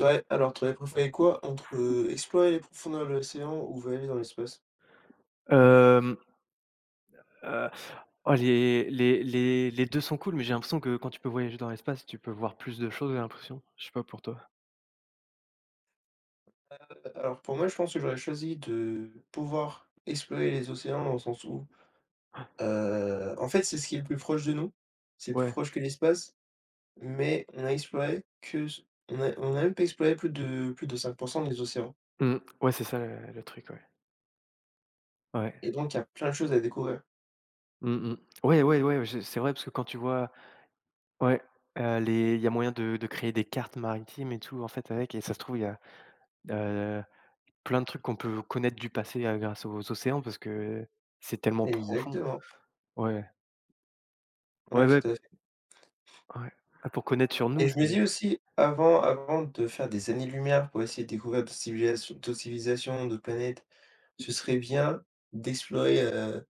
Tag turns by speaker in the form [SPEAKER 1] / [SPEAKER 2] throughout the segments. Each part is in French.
[SPEAKER 1] Ouais, alors tu aurais préféré quoi entre, explorer les profondeurs de l'océan ou voyager dans l'espace?
[SPEAKER 2] Hem, heu, oh les 2 sont cool, mais j'ai l'impression que quand tu peux voyager dans l'espace, tu peux voir plus de choses, j'ai l'impression. Je sais pas pour toi.
[SPEAKER 1] A alors pour moi, je pense que j'aurais choisi de pouvoir explorer les océans dans le sens où, en fait, c'est ce qui est le plus proche de nous, c'est plus
[SPEAKER 2] Ouais.
[SPEAKER 1] proche que l'espace, mais on a exploré que ce on a même pas exploré plus de 5% des océans
[SPEAKER 2] Mmh. Ouais, c'est ça le truc, ouais. Ouais.
[SPEAKER 1] et donc il y a plein de choses à découvrir.
[SPEAKER 2] Mmh mh. Ouais, ouais, ouais, je c'est vrai parce que quand tu vois ouais, les il y a moyen de créer des cartes maritimes et tout en fait avec et ça se trouve il y a, heu, plein de trucs qu'on peut connaître du passé, grâce aux océans parce que c'est tellement profond.
[SPEAKER 1] Exactement,
[SPEAKER 2] Ouais.
[SPEAKER 1] ouais,
[SPEAKER 2] Ouais, ouais,
[SPEAKER 1] tout à fait.
[SPEAKER 2] ouais. Ah pour connaître sur
[SPEAKER 1] Et
[SPEAKER 2] nous,
[SPEAKER 1] je me
[SPEAKER 2] c'est
[SPEAKER 1] dis aussi avant de faire des années-lumière pour essayer de découvrir d'autres civilisations, d'autres planètes. Ce serait bien d'explorer,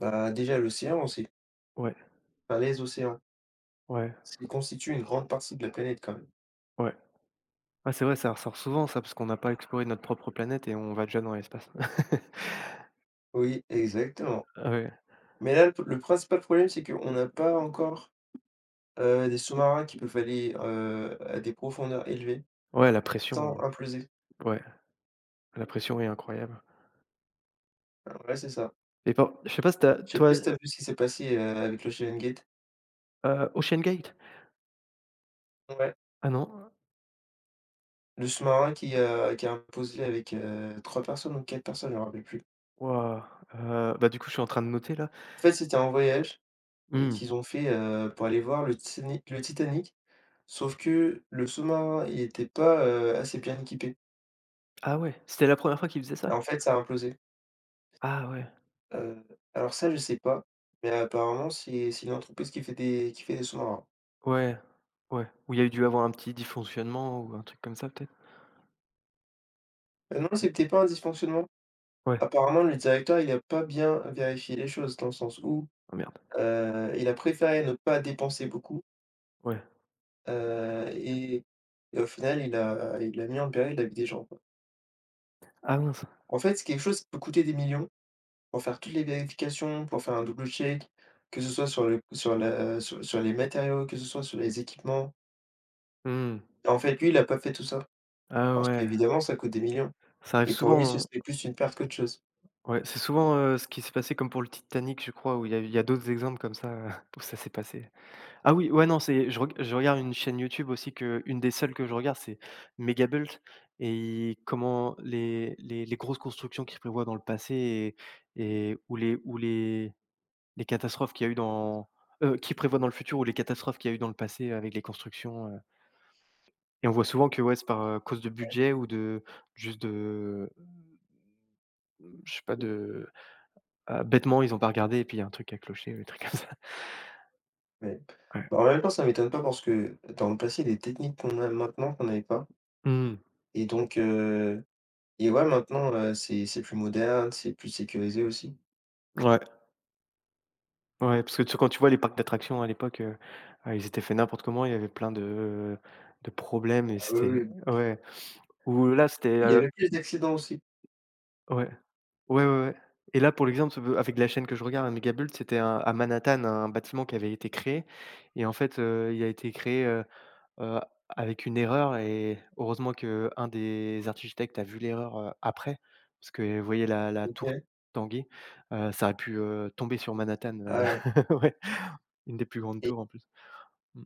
[SPEAKER 1] bah, déjà l'océan, c'est
[SPEAKER 2] ouais,
[SPEAKER 1] enfin les océans.
[SPEAKER 2] ouais,
[SPEAKER 1] Ils constituent une grande partie de la planète quand même.
[SPEAKER 2] ouais. Ouais, c'est vrai, ça ressort souvent ça, parce qu'on n'a pas exploré notre propre planète et on va déjà dans l'espace.
[SPEAKER 1] Oui, exactement.
[SPEAKER 2] Ah ouais.
[SPEAKER 1] Mais là, le principal problème, c'est qu'on n'a pas encore, des sous-marins qui peuvent aller, à des profondeurs élevées
[SPEAKER 2] Ouais, la pression,
[SPEAKER 1] sans imploser.
[SPEAKER 2] ouais, la pression est incroyable
[SPEAKER 1] Alors, ouais, c'est ça.
[SPEAKER 2] et par je sais pas si t'as,
[SPEAKER 1] Je sais pas
[SPEAKER 2] toi,
[SPEAKER 1] si t'as vu ce qui s'est passé, avec l'Ocean Gate?
[SPEAKER 2] Ocean Gate?
[SPEAKER 1] Ouais,
[SPEAKER 2] Ah non?
[SPEAKER 1] le sous-marin qui a implosé avec, 3 personnes ou 4 personnes, je me rappelle plus.
[SPEAKER 2] Waouh, bah, du coup, je suis en train de noter là.
[SPEAKER 1] En fait, c'était un voyage, et
[SPEAKER 2] Mmh.
[SPEAKER 1] qu'ils ont fait, pour aller voir le Titanic. Sauf que le sous-marin, il était pas, assez bien équipé.
[SPEAKER 2] Ah ouais, c'était la première fois qu'il faisait
[SPEAKER 1] Et
[SPEAKER 2] ça?
[SPEAKER 1] en fait, ça a implosé.
[SPEAKER 2] Ah ouais,
[SPEAKER 1] Heu, alors ça, je sais pas, mais apparemment, c'est une entreprise qui fait des sous-marins.
[SPEAKER 2] ouais, ouais, où il y a eu dû avoir un petit dysfonctionnement ou un truc comme ça peut-être?
[SPEAKER 1] Non,
[SPEAKER 2] Mmh,
[SPEAKER 1] c'était pas un dysfonctionnement.
[SPEAKER 2] ouais.
[SPEAKER 1] Apparemment, le directeur, il a pas bien vérifié les choses, dans le sens où,
[SPEAKER 2] Oh merde,
[SPEAKER 1] il a préféré ne pas dépenser beaucoup,
[SPEAKER 2] ouais.
[SPEAKER 1] heu, et et au final, il a mis en péril la vie des gens, quoi.
[SPEAKER 2] Ah mince.
[SPEAKER 1] En fait, c'est quelque chose qui peut coûter des millions pour faire toutes les vérifications, pour faire un double check, que ce soit sur le sur la sur sur les matériaux, que ce soit sur les équipements.
[SPEAKER 2] Mmh.
[SPEAKER 1] En fait, lui, il a pas fait tout ça,
[SPEAKER 2] Ah
[SPEAKER 1] parce
[SPEAKER 2] ouais,
[SPEAKER 1] qu'évidemment, ça coûte des millions
[SPEAKER 2] ça arrive
[SPEAKER 1] et pour
[SPEAKER 2] souvent,
[SPEAKER 1] lui, ce
[SPEAKER 2] hein.
[SPEAKER 1] serait plus une perte qu'autre chose.
[SPEAKER 2] Ouais, c'est souvent, ce qui s'est passé comme pour le Titanic, je crois, où il y a d'autres exemples comme ça, où ça s'est passé. Ah oui, ouais, non, c'est je regarde une chaîne YouTube aussi que une des seules que je regarde, c'est Megabult et ils comment les grosses constructions qu'ils prévoient dans le passé et ou les ou les catastrophes qu'il y a eu dans qu'ils prévoient dans le futur ou les catastrophes qu'il y a eu dans le passé avec les constructions, et on voit souvent que, ouais, c'est par, cause de budget ou de juste de, je sais pas, de bêtement, ils ont pas regardé et puis il y a un truc qui a cloché ou des trucs comme ça.
[SPEAKER 1] Mais
[SPEAKER 2] Ouais.
[SPEAKER 1] bah, en même temps, ça m'étonne pas parce que dans le passé, il y a des techniques qu'on a maintenant qu'on n'avait pas
[SPEAKER 2] Mmh.
[SPEAKER 1] et donc ouais, maintenant, c'est plus moderne, c'est plus sécurisé aussi.
[SPEAKER 2] Ouais, ouais, parce que tu quand tu vois les parcs d'attractions à l'époque, ils étaient faits n'importe comment, il y avait plein de problèmes et
[SPEAKER 1] Ah oui,
[SPEAKER 2] c'était
[SPEAKER 1] oui.
[SPEAKER 2] ouais, ou là c'était,
[SPEAKER 1] Il y avait plus d'accidents aussi.
[SPEAKER 2] ouais, ouais, ouais, ouais et là pour l'exemple, avec la chaîne que je regarde, hein, c'était un à Manhattan, un bâtiment qui avait été créé et en fait, il a été créé, Heu, avec une erreur et heureusement que un des architectes a vu l'erreur, après, parce que vous voyez la tour
[SPEAKER 1] OK.
[SPEAKER 2] Tanguy, ça aurait pu, tomber sur Manhattan,
[SPEAKER 1] Ah ouais.
[SPEAKER 2] ouais, une des plus grandes
[SPEAKER 1] et
[SPEAKER 2] tours en plus. Mmh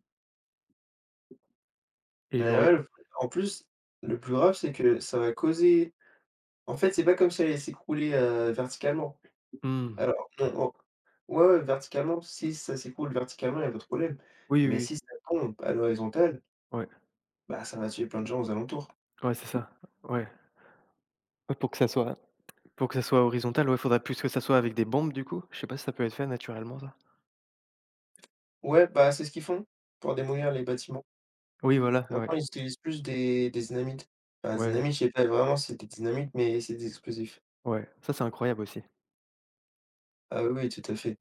[SPEAKER 2] et il
[SPEAKER 1] mais ouais,
[SPEAKER 2] l'aurait
[SPEAKER 1] le en plus, le plus grave, c'est que ça va causer. En fait, c'est pas comme si elle allait s'écrouler, verticalement.
[SPEAKER 2] mmh.
[SPEAKER 1] Alors non, en ouais, ouais, verticalement, si ça s'écroule verticalement, il y a pas de problème.
[SPEAKER 2] Oui, oui,
[SPEAKER 1] Mais
[SPEAKER 2] oui.
[SPEAKER 1] si ça tombe à l'horizontale,
[SPEAKER 2] Ouais,
[SPEAKER 1] bah, ça va tuer plein de gens aux alentours.
[SPEAKER 2] ouais, c'est ça. Ouais. Ouais, pour que ça soit horizontal, ouais, faudrait plus que ça soit avec des bombes du coup? Je sais pas si ça peut être fait naturellement ça?
[SPEAKER 1] Ouais, bah, c'est ce qu'ils font pour démolir les bâtiments.
[SPEAKER 2] Oui, voilà, ouais,
[SPEAKER 1] Maintenant, ils utilisent plus des dynamites. Enfin,
[SPEAKER 2] ouais,
[SPEAKER 1] dynamite, je sais pas vraiment si c'est des dynamites, mais c'est des explosifs.
[SPEAKER 2] ouais, ça c'est incroyable aussi.
[SPEAKER 1] Ah oui, oui, tout à fait.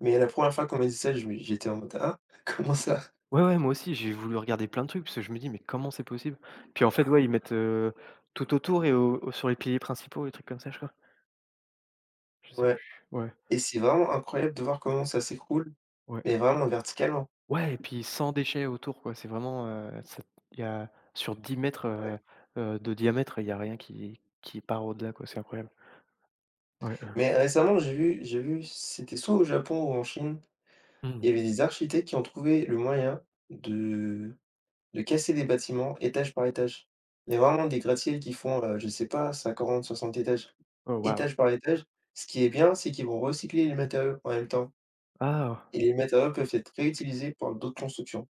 [SPEAKER 1] Mais la première fois qu'on m'a dit ça, je me j'étais en mode: «Ah? Comment ça?»
[SPEAKER 2] Ouais, ouais, moi aussi, j'ai voulu regarder plein de trucs parce que je me dis: «Mais comment c'est possible?» puis en fait, ouais, ils mettent, tout autour et au au sur les piliers principaux, les trucs comme ça, je crois. Je sais
[SPEAKER 1] Ouais,
[SPEAKER 2] plus. Ouais,
[SPEAKER 1] et c'est vraiment incroyable de voir comment ça s'écroule,
[SPEAKER 2] ouais.
[SPEAKER 1] mais vraiment verticalement.
[SPEAKER 2] Ouais et puis sans déchets autour, quoi. C'est vraiment, ça il y a sur 10 mètres de diamètre, il y a rien qui part au-delà, quoi. C'est incroyable. Ouais,
[SPEAKER 1] Mais récemment, j'ai vu, c'était soit au Japon ou en Chine,
[SPEAKER 2] mmh.
[SPEAKER 1] il y avait des architectes qui ont trouvé le moyen de De casser des bâtiments étage par étage. Il y a vraiment des gratte-ciels qui font, je sais pas, 50, 60 étages,
[SPEAKER 2] Oh waouh.
[SPEAKER 1] étage par étage. Ce qui est bien, c'est qu'ils vont recycler les matériaux en même temps
[SPEAKER 2] Ah!
[SPEAKER 1] et les matériaux peuvent être réutilisés pour d'autres constructions.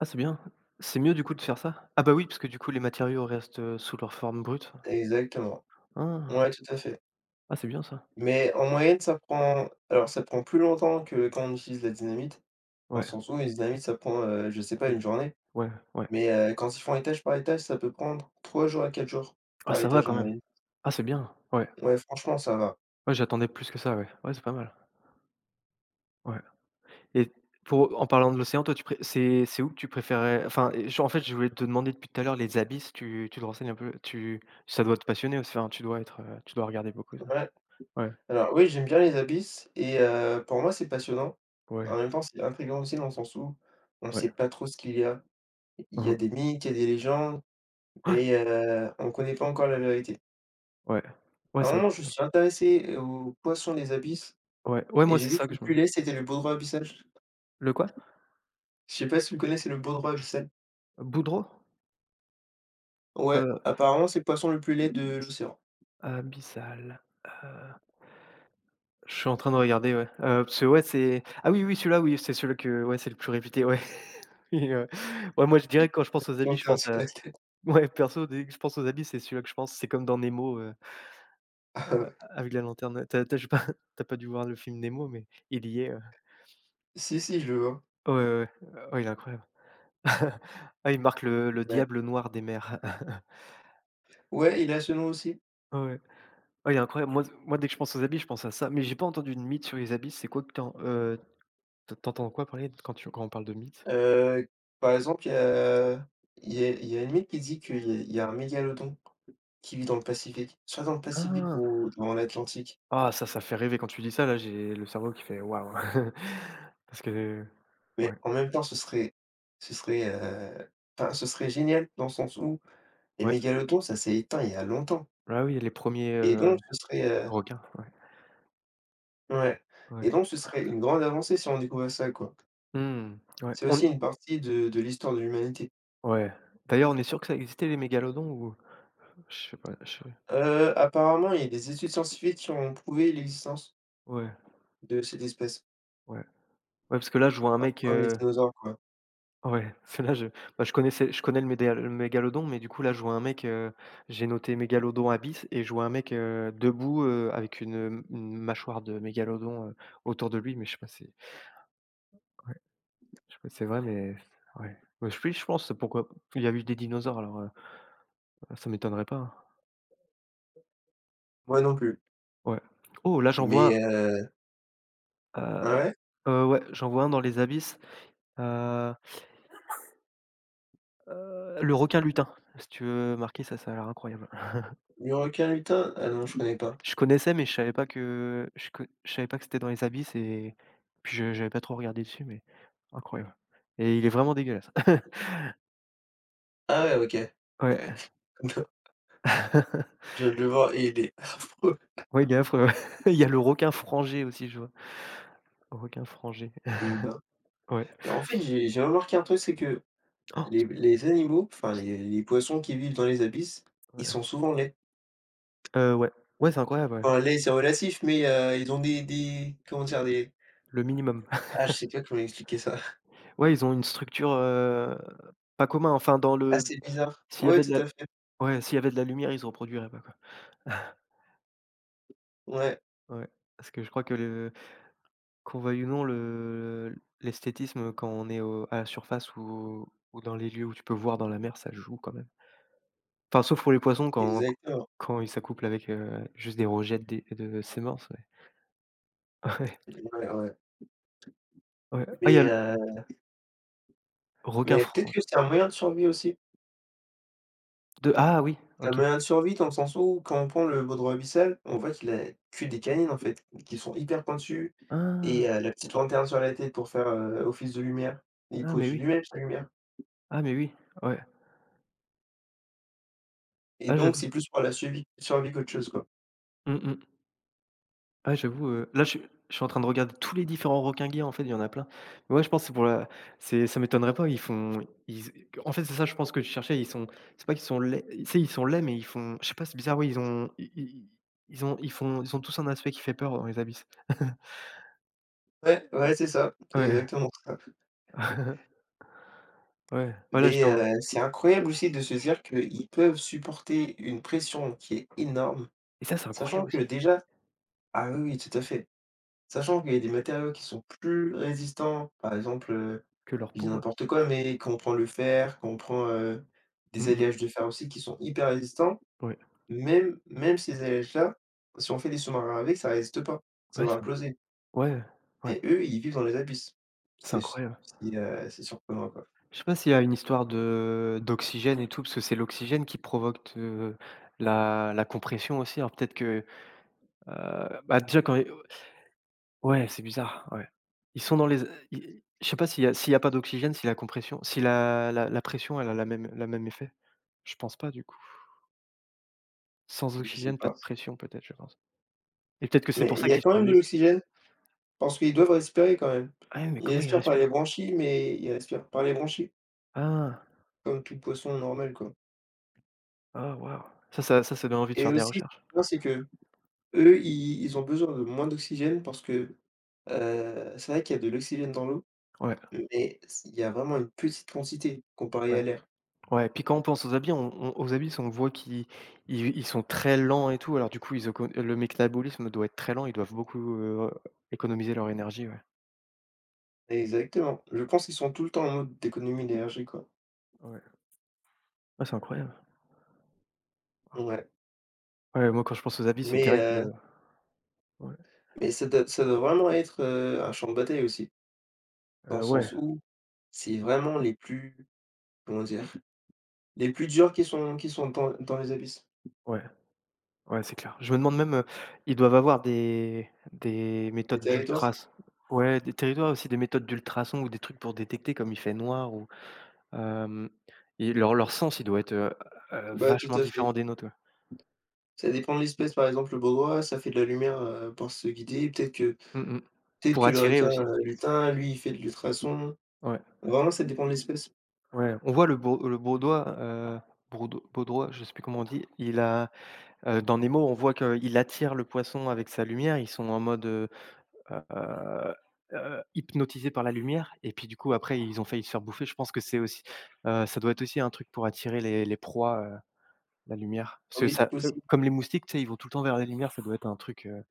[SPEAKER 2] Ah, c'est bien. C'est mieux, du coup, de faire ça? Ah bah oui, parce que du coup, les matériaux restent, sous leur forme brute.
[SPEAKER 1] Exactement.
[SPEAKER 2] Ah!
[SPEAKER 1] Ouais, tout à fait.
[SPEAKER 2] Ah, c'est bien ça.
[SPEAKER 1] Mais en moyenne, ça prend alors ça prend plus longtemps que quand on utilise la dynamite, dans le
[SPEAKER 2] Ouais.
[SPEAKER 1] sens où une dynamite, ça prend, je sais pas,
[SPEAKER 2] Mmh.
[SPEAKER 1] une journée,
[SPEAKER 2] Ouais, ouais.
[SPEAKER 1] mais, quand ils font étage par étage, ça peut prendre 3 jours à 4 jours
[SPEAKER 2] Ah,
[SPEAKER 1] par
[SPEAKER 2] ça va
[SPEAKER 1] étage en
[SPEAKER 2] quand même.
[SPEAKER 1] moyenne.
[SPEAKER 2] Ah c'est bien, ouais.
[SPEAKER 1] Ouais, franchement, ça va.
[SPEAKER 2] Ouais, j'attendais plus que ça, ouais. Ouais, c'est pas mal. Ouais et pour en parlant de l'océan, toi tu pré c'est où que tu préférais enfin, et je en fait, je voulais te demander depuis tout à l'heure les abysses, tu te renseignes un peu? Tu ça doit te passionner aussi, enfin, tu dois être, tu dois regarder beaucoup ça.
[SPEAKER 1] Ouais.
[SPEAKER 2] Ouais,
[SPEAKER 1] Alors oui, j'aime bien les abysses et pour moi, c'est passionnant. En
[SPEAKER 2] ouais,
[SPEAKER 1] même temps, c'est intriguant aussi dans le sens où on ne
[SPEAKER 2] ouais.
[SPEAKER 1] sait pas trop ce qu'il y a. Il
[SPEAKER 2] Mmh
[SPEAKER 1] y a
[SPEAKER 2] mh.
[SPEAKER 1] des mythes, il y a des légendes, mais on ne connaît pas encore la vérité.
[SPEAKER 2] Ouais, ouais,
[SPEAKER 1] À un
[SPEAKER 2] c'est incr
[SPEAKER 1] moment, je suis intéressé aux poissons des abysses
[SPEAKER 2] ouais, ouais,
[SPEAKER 1] et
[SPEAKER 2] moi
[SPEAKER 1] j'ai
[SPEAKER 2] c'est
[SPEAKER 1] vu que
[SPEAKER 2] ça que
[SPEAKER 1] le
[SPEAKER 2] je me
[SPEAKER 1] plus laid, c'était le baudroie abyssal.
[SPEAKER 2] le quoi?
[SPEAKER 1] Je sais pas si vous connaissez le baudroie abyssal?
[SPEAKER 2] Boudreau?
[SPEAKER 1] Ouais,
[SPEAKER 2] Heu,
[SPEAKER 1] apparemment, c'est le poisson le plus laid de l'océan.
[SPEAKER 2] abyssal, heu Je suis en train de regarder, ouais. Parce que ouais, c'est ah oui, oui, celui-là, oui, c'est celui que ouais, c'est le plus réputé, ouais. Oui, ouais, moi, je dirais que quand je pense aux habits, je
[SPEAKER 1] Planté
[SPEAKER 2] pense
[SPEAKER 1] sur la
[SPEAKER 2] à
[SPEAKER 1] tête.
[SPEAKER 2] ouais, perso, dès que je pense aux habits, c'est celui-là que je pense. C'est comme dans Nemo,
[SPEAKER 1] Ah ouais.
[SPEAKER 2] avec la lanterne, T'as tu j'ai pas tu pas dû voir le film Nemo, mais il y est,
[SPEAKER 1] Si, si, je le vois.
[SPEAKER 2] ouais, ouais, ouais. Ouais, il est incroyable. Ah, il marque le
[SPEAKER 1] Ouais.
[SPEAKER 2] diable noir des mers.
[SPEAKER 1] Ouais, il a ce nom aussi.
[SPEAKER 2] Ouais, ouais. Ouais, il est incroyable. Moi, moi, dès que je pense aux habits, je pense à ça, mais j'ai pas entendu de mythe sur les habits. C'est quoi que tu en tu quoi parler quand tu quand on parle de mythe?
[SPEAKER 1] Heu, Par exemple, il y a il y a il y a une mythe qui dit qu'il y a un mégalodon qui vit dans le Pacifique, soit dans le Pacifique
[SPEAKER 2] Ah!
[SPEAKER 1] ou dans l'Atlantique.
[SPEAKER 2] Ah ça, ça fait rêver quand tu dis ça, là, j'ai le cerveau qui fait: «Waouh!» parce que
[SPEAKER 1] Mais
[SPEAKER 2] ouais,
[SPEAKER 1] en même temps, ce serait, heu, enfin, ce serait génial dans le sens où les
[SPEAKER 2] ouais,
[SPEAKER 1] mégalodons, ça s'est éteint il y a longtemps
[SPEAKER 2] ah oui, les 1ers,
[SPEAKER 1] et donc ce serait, heu
[SPEAKER 2] requins, ouais,
[SPEAKER 1] ouais et
[SPEAKER 2] ouais.
[SPEAKER 1] donc ce serait une grande avancée si on découvrait ça, quoi.
[SPEAKER 2] Mmh, ouais,
[SPEAKER 1] C'est
[SPEAKER 2] on
[SPEAKER 1] aussi une partie de l'histoire de l'humanité.
[SPEAKER 2] ouais. D'ailleurs, on est sûr que ça existait les mégalodons ou je sais pas, je sais
[SPEAKER 1] Apparemment, il y a des études scientifiques qui ont prouvé l'existence
[SPEAKER 2] ouais,
[SPEAKER 1] de cette espèce,
[SPEAKER 2] ouais, ouais, parce que là, je vois un
[SPEAKER 1] un peu
[SPEAKER 2] mec,
[SPEAKER 1] comme les dinosaures, quoi.
[SPEAKER 2] ouais, parce là, je bah, je connais le mégalodon, mais du coup, là, je vois un mec, j'ai noté mégalodon abyss et je vois un mec, debout, avec une mâchoire de mégalodon, autour de lui, mais je sais pas c'est ouais. Je C'est vrai, mais ouais. Bah, je oui, je pense, pourquoi il y a eu des dinosaures, alors, ça m'étonnerait pas, hein.
[SPEAKER 1] Moi non plus.
[SPEAKER 2] Ouais. Oh, là, j'en
[SPEAKER 1] Mais
[SPEAKER 2] vois
[SPEAKER 1] heu
[SPEAKER 2] un,
[SPEAKER 1] ah
[SPEAKER 2] heu
[SPEAKER 1] ouais?
[SPEAKER 2] ouais, j'en vois un dans les abysses, heu, le requin lutin, si tu veux marquer ça, ça a l'air incroyable.
[SPEAKER 1] Le requin lutin? Ah non, je connais pas.
[SPEAKER 2] Je connaissais, mais je savais pas que je savais pas que c'était dans les abysses et puis je j'avais pas trop regardé dessus, mais incroyable et il est vraiment dégueulasse.
[SPEAKER 1] Ah ouais, OK.
[SPEAKER 2] Ouais.
[SPEAKER 1] Je viens de le voir et il est affreux
[SPEAKER 2] Ouais, il est affreux, Il y a le requin frangé aussi, je vois. Requin frangé.
[SPEAKER 1] et il bat.
[SPEAKER 2] Ouais.
[SPEAKER 1] Et en fait, j'ai remarqué un truc, c'est que
[SPEAKER 2] Oh,
[SPEAKER 1] les animaux, enfin
[SPEAKER 2] c-
[SPEAKER 1] les poissons qui vivent dans les abysses, ils
[SPEAKER 2] Ouais.
[SPEAKER 1] sont souvent laids.
[SPEAKER 2] Ouais. Ouais, c'est incroyable, ouais.
[SPEAKER 1] Enfin laids, c'est relatif, mais ils ont des comment dire? Des
[SPEAKER 2] Le minimum.
[SPEAKER 1] ah, je sais pas comment expliquer ça.
[SPEAKER 2] Ouais, ils ont une structure, pas commun, enfin dans le
[SPEAKER 1] Assez bizarre.
[SPEAKER 2] s'il y
[SPEAKER 1] Ouais,
[SPEAKER 2] avait de
[SPEAKER 1] tout
[SPEAKER 2] la
[SPEAKER 1] à fait.
[SPEAKER 2] ouais, s'il y avait de la lumière, ils se reproduiraient pas, quoi.
[SPEAKER 1] Ouais,
[SPEAKER 2] Ouais, parce que je crois que le qu'on veuille ou non, le l'esthétisme quand on est au à la surface ou dans les lieux où tu peux voir dans la mer, ça joue quand même. Enfin, sauf pour les poissons quand
[SPEAKER 1] exactement.
[SPEAKER 2] ils s'accouplent avec, juste des rejets des de sémences, ouais.
[SPEAKER 1] Ouais, ouais.
[SPEAKER 2] Ouais, ouais. Ah il y
[SPEAKER 1] Mais
[SPEAKER 2] a le
[SPEAKER 1] heu
[SPEAKER 2] requin
[SPEAKER 1] mais peut-être
[SPEAKER 2] franc
[SPEAKER 1] que c'est un moyen de survie aussi.
[SPEAKER 2] de ah oui,
[SPEAKER 1] Un
[SPEAKER 2] OK.
[SPEAKER 1] moyen de survie dans le sens où quand on prend le baudroie abyssal, on voit qu'il a que des canines en fait, qui sont hyper pointues et
[SPEAKER 2] Ah!
[SPEAKER 1] la petite lanterne sur la tête pour faire, office de lumière. Il
[SPEAKER 2] Ah mais
[SPEAKER 1] pose
[SPEAKER 2] oui,
[SPEAKER 1] lui-même sa lumière
[SPEAKER 2] ah mais oui, ouais.
[SPEAKER 1] et
[SPEAKER 2] Ah
[SPEAKER 1] donc
[SPEAKER 2] j'avoue.
[SPEAKER 1] c'est plus pour la survie survie qu'autre chose, quoi.
[SPEAKER 2] Mmh mh. Ouais, j'avoue, là, je suis en train de regarder tous les différents requingués, en fait, il y en a plein. Ouais, je pense c'est pour la c'est ça m'étonnerait pas, ils font ils z en fait, c'est ça, je pense que je cherchais, ils sont c'est pas qu'ils sont laids, tu sais, ils sont laids, mais ils font je sais pas, c'est bizarre, ouais, ils ont i i ils ont ils font ils ont tous un aspect qui fait peur dans les abysses.
[SPEAKER 1] Ouais, ouais, c'est ça, c'est
[SPEAKER 2] Ouais.
[SPEAKER 1] exactement ça.
[SPEAKER 2] Ouais, Voilà, là,
[SPEAKER 1] Mais
[SPEAKER 2] j'étais en
[SPEAKER 1] heu, c'est incroyable aussi de se dire qu'ils peuvent supporter une pression qui est énorme,
[SPEAKER 2] et ça, c'est
[SPEAKER 1] sachant
[SPEAKER 2] incroyable
[SPEAKER 1] que
[SPEAKER 2] aussi,
[SPEAKER 1] déjà ah oui, oui, tout à fait. Sachant qu'il y a des matériaux qui sont plus résistants, par exemple,
[SPEAKER 2] que leur
[SPEAKER 1] je dis
[SPEAKER 2] peau, ouais.
[SPEAKER 1] n'importe quoi, mais quand on prend le fer, quand on prend, des
[SPEAKER 2] Mmh mh.
[SPEAKER 1] alliages de fer aussi qui sont hyper résistants,
[SPEAKER 2] Ouais.
[SPEAKER 1] même même ces alliages-là, si on fait des sous-marins avec, ça résiste pas, ça
[SPEAKER 2] Ouais,
[SPEAKER 1] va
[SPEAKER 2] ça
[SPEAKER 1] imploser.
[SPEAKER 2] ouais, ouais,
[SPEAKER 1] Et eux, ils vivent dans les abysses.
[SPEAKER 2] c'est
[SPEAKER 1] C'est s
[SPEAKER 2] incroyable.
[SPEAKER 1] c'est c'est surprenant, quoi.
[SPEAKER 2] Je sais pas s'il y a une histoire de d'oxygène et tout, parce que c'est l'oxygène qui provoque, la compression aussi. Alors peut-être que, bah, déjà quand les ouais, c'est bizarre, ouais. Ils sont dans les i je sais pas s'il y a pas d'oxygène, si la compression si la pression, elle a la même effet? Je pense pas du coup. Sans
[SPEAKER 1] Je sais
[SPEAKER 2] oxygène, pas
[SPEAKER 1] pas,
[SPEAKER 2] de pression peut-être, je pense. Et peut-être que c'est
[SPEAKER 1] mais
[SPEAKER 2] pour
[SPEAKER 1] il
[SPEAKER 2] ça
[SPEAKER 1] y a
[SPEAKER 2] qu'ils
[SPEAKER 1] quand même de
[SPEAKER 2] survivent.
[SPEAKER 1] l'oxygène. Parce qu'ils doivent respirer quand même.
[SPEAKER 2] Ah oui, mais
[SPEAKER 1] Ils
[SPEAKER 2] comment ils
[SPEAKER 1] respirent par les
[SPEAKER 2] respirent?
[SPEAKER 1] branchies, mais ils respirent par les branchies,
[SPEAKER 2] Ah!
[SPEAKER 1] comme tout poisson normal, quoi.
[SPEAKER 2] Ah waouh! Ça donne envie de
[SPEAKER 1] Et
[SPEAKER 2] faire des
[SPEAKER 1] aussi, ce qui
[SPEAKER 2] recherches.
[SPEAKER 1] est bien c'est qu'eux, ils ont besoin de moins d'oxygène parce que, c'est vrai qu'il y a de l'oxygène dans l'eau,
[SPEAKER 2] Ouais, ouais.
[SPEAKER 1] mais s il y a vraiment une petite quantité comparée à l'air.
[SPEAKER 2] Ouais, puis quand on pense aux habits, on aux habits, on voit qu'ils ils ils sont très lents et tout, alors du coup, ils éco le métabolisme doit être très lent, ils doivent beaucoup, économiser leur énergie, ouais.
[SPEAKER 1] Exactement. Je pense qu'ils sont tout le temps en mode d'économie d'énergie, quoi.
[SPEAKER 2] Ouais. Ah, c'est incroyable.
[SPEAKER 1] Ouais,
[SPEAKER 2] Ouais, moi, quand je pense aux habits, c'est
[SPEAKER 1] mais
[SPEAKER 2] direct,
[SPEAKER 1] heu
[SPEAKER 2] ouais,
[SPEAKER 1] Mais ça doit vraiment être, un champ de bataille aussi, dans le
[SPEAKER 2] ouais,
[SPEAKER 1] sens où c'est vraiment les plus comment dire? Les plus durs qui sont dans les abysses.
[SPEAKER 2] ouais, ouais, c'est clair. Je me demande même, ils doivent avoir des
[SPEAKER 1] Les
[SPEAKER 2] méthodes
[SPEAKER 1] territoires?
[SPEAKER 2] d'ultras ouais, des territoires aussi, des méthodes d'ultrasons ou des trucs pour détecter comme il fait noir ou, hem, et leur sens, il doit être,
[SPEAKER 1] Bah, tout
[SPEAKER 2] vachement
[SPEAKER 1] à fait.
[SPEAKER 2] différent des nôtres, ouais.
[SPEAKER 1] Ça dépend de l'espèce, par exemple, le boa, ça fait de la lumière, pour se guider. Peut-être que
[SPEAKER 2] Mmh mh.
[SPEAKER 1] peut-être
[SPEAKER 2] Pour
[SPEAKER 1] que le
[SPEAKER 2] attirer
[SPEAKER 1] requin,
[SPEAKER 2] aussi.
[SPEAKER 1] lutin, lui, il fait de l'ultrason.
[SPEAKER 2] Ouais.
[SPEAKER 1] Vraiment, ça dépend de l'espèce.
[SPEAKER 2] Ouais, on voit le Bourdois, Bourdo Baudrois, je sais plus comment on dit, il a, dans Nemo, on voit qu'il attire le poisson avec sa lumière. Ils sont en mode, heu hypnotisés par la lumière et puis, du coup, après, ils ont failli se faire bouffer. Je pense que c'est aussi, ça doit être aussi un truc pour attirer les proies, la lumière. Parce que
[SPEAKER 1] Oui,
[SPEAKER 2] ça eux,
[SPEAKER 1] possible.
[SPEAKER 2] comme les moustiques, tu sais, ils vont tout le temps vers la lumière, ça doit être un truc,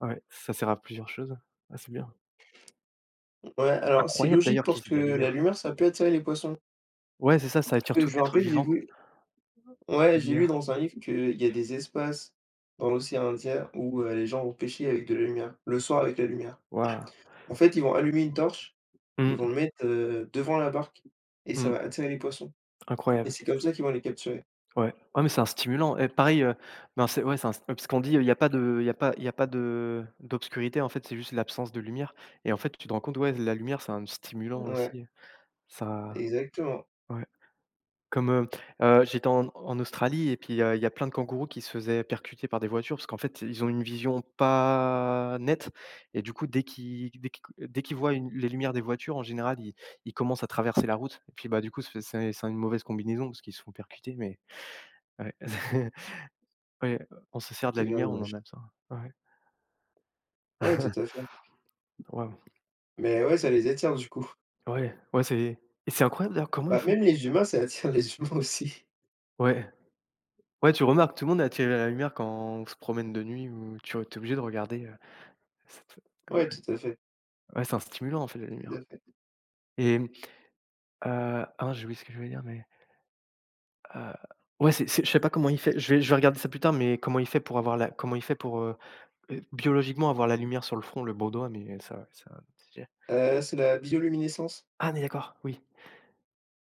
[SPEAKER 2] ouais, ça sert à plusieurs choses. Ah, c'est bien.
[SPEAKER 1] Ouais, alors c'est
[SPEAKER 2] Incroyable
[SPEAKER 1] logique
[SPEAKER 2] d'ailleurs
[SPEAKER 1] parce
[SPEAKER 2] qu'ils aient
[SPEAKER 1] que
[SPEAKER 2] de la
[SPEAKER 1] la
[SPEAKER 2] lumière.
[SPEAKER 1] lumière, ça peut attirer les poissons.
[SPEAKER 2] Ouais, c'est ça, ça
[SPEAKER 1] Parce
[SPEAKER 2] attire
[SPEAKER 1] que
[SPEAKER 2] tout
[SPEAKER 1] je me
[SPEAKER 2] être
[SPEAKER 1] rappelle, j'ai
[SPEAKER 2] vivant,
[SPEAKER 1] vu ouais,
[SPEAKER 2] la
[SPEAKER 1] j'ai lu
[SPEAKER 2] lumière.
[SPEAKER 1] dans un livre qu'il y a des espaces dans l'océan Indien où les gens vont pêcher avec de la lumière, le soir avec la lumière.
[SPEAKER 2] Waouh.
[SPEAKER 1] En fait, ils vont allumer une torche, ils vont
[SPEAKER 2] Mmh,
[SPEAKER 1] le mettre, devant la barque et ça
[SPEAKER 2] mmh,
[SPEAKER 1] va attirer les poissons et
[SPEAKER 2] incroyable.
[SPEAKER 1] c'est comme ça qu'ils vont les capturer.
[SPEAKER 2] Ouais. Ouais, mais c'est un stimulant et pareil, ben, c'est ouais, c'est un st parce qu'on dit, il y a pas de il y a pas il y a pas de d'obscurité en fait, c'est juste l'absence de lumière et en fait, tu te rends compte, ouais, la lumière, c'est un stimulant
[SPEAKER 1] Ouais,
[SPEAKER 2] aussi, ça
[SPEAKER 1] exactement,
[SPEAKER 2] ouais. Comme, j'étais en Australie et puis, il y a plein de kangourous qui se faisaient percuter par des voitures parce qu'en fait, ils ont une vision pas nette et du coup, dès qu'ils voient une les lumières des voitures, en général, ils commencent à traverser la route et puis, bah, du coup, c'est une mauvaise combinaison parce qu'ils se font percuter mais ouais. Ouais, on se sert de la
[SPEAKER 1] c'est bien
[SPEAKER 2] lumière, on
[SPEAKER 1] dommage.
[SPEAKER 2] en a besoin. Ouais,
[SPEAKER 1] Ouais, tout à fait.
[SPEAKER 2] waouh.
[SPEAKER 1] Mais ouais, ça les attire du coup.
[SPEAKER 2] Ouais, ouais, c'est et c'est incroyable d'ailleurs comment ils
[SPEAKER 1] Bah,
[SPEAKER 2] font
[SPEAKER 1] même les humains, ça attire les humains aussi.
[SPEAKER 2] ouais, ouais, tu remarques, tout le monde est attiré à la lumière quand on se promène de nuit ou Tu es obligé de regarder, cette
[SPEAKER 1] Ouais, tout à fait,
[SPEAKER 2] ouais, c'est un stimulant en fait la
[SPEAKER 1] tout à
[SPEAKER 2] lumière
[SPEAKER 1] fait.
[SPEAKER 2] et ah j'ai oublié ce que je voulais dire mais, heu, ouais, c'est je sais pas comment il fait, je vais regarder ça plus tard, mais comment il fait pour avoir la comment il fait pour, biologiquement avoir la lumière sur le front, le Baudoin, mais ça ça, c'est
[SPEAKER 1] C'est la bioluminescence.
[SPEAKER 2] ah, mais d'accord, oui.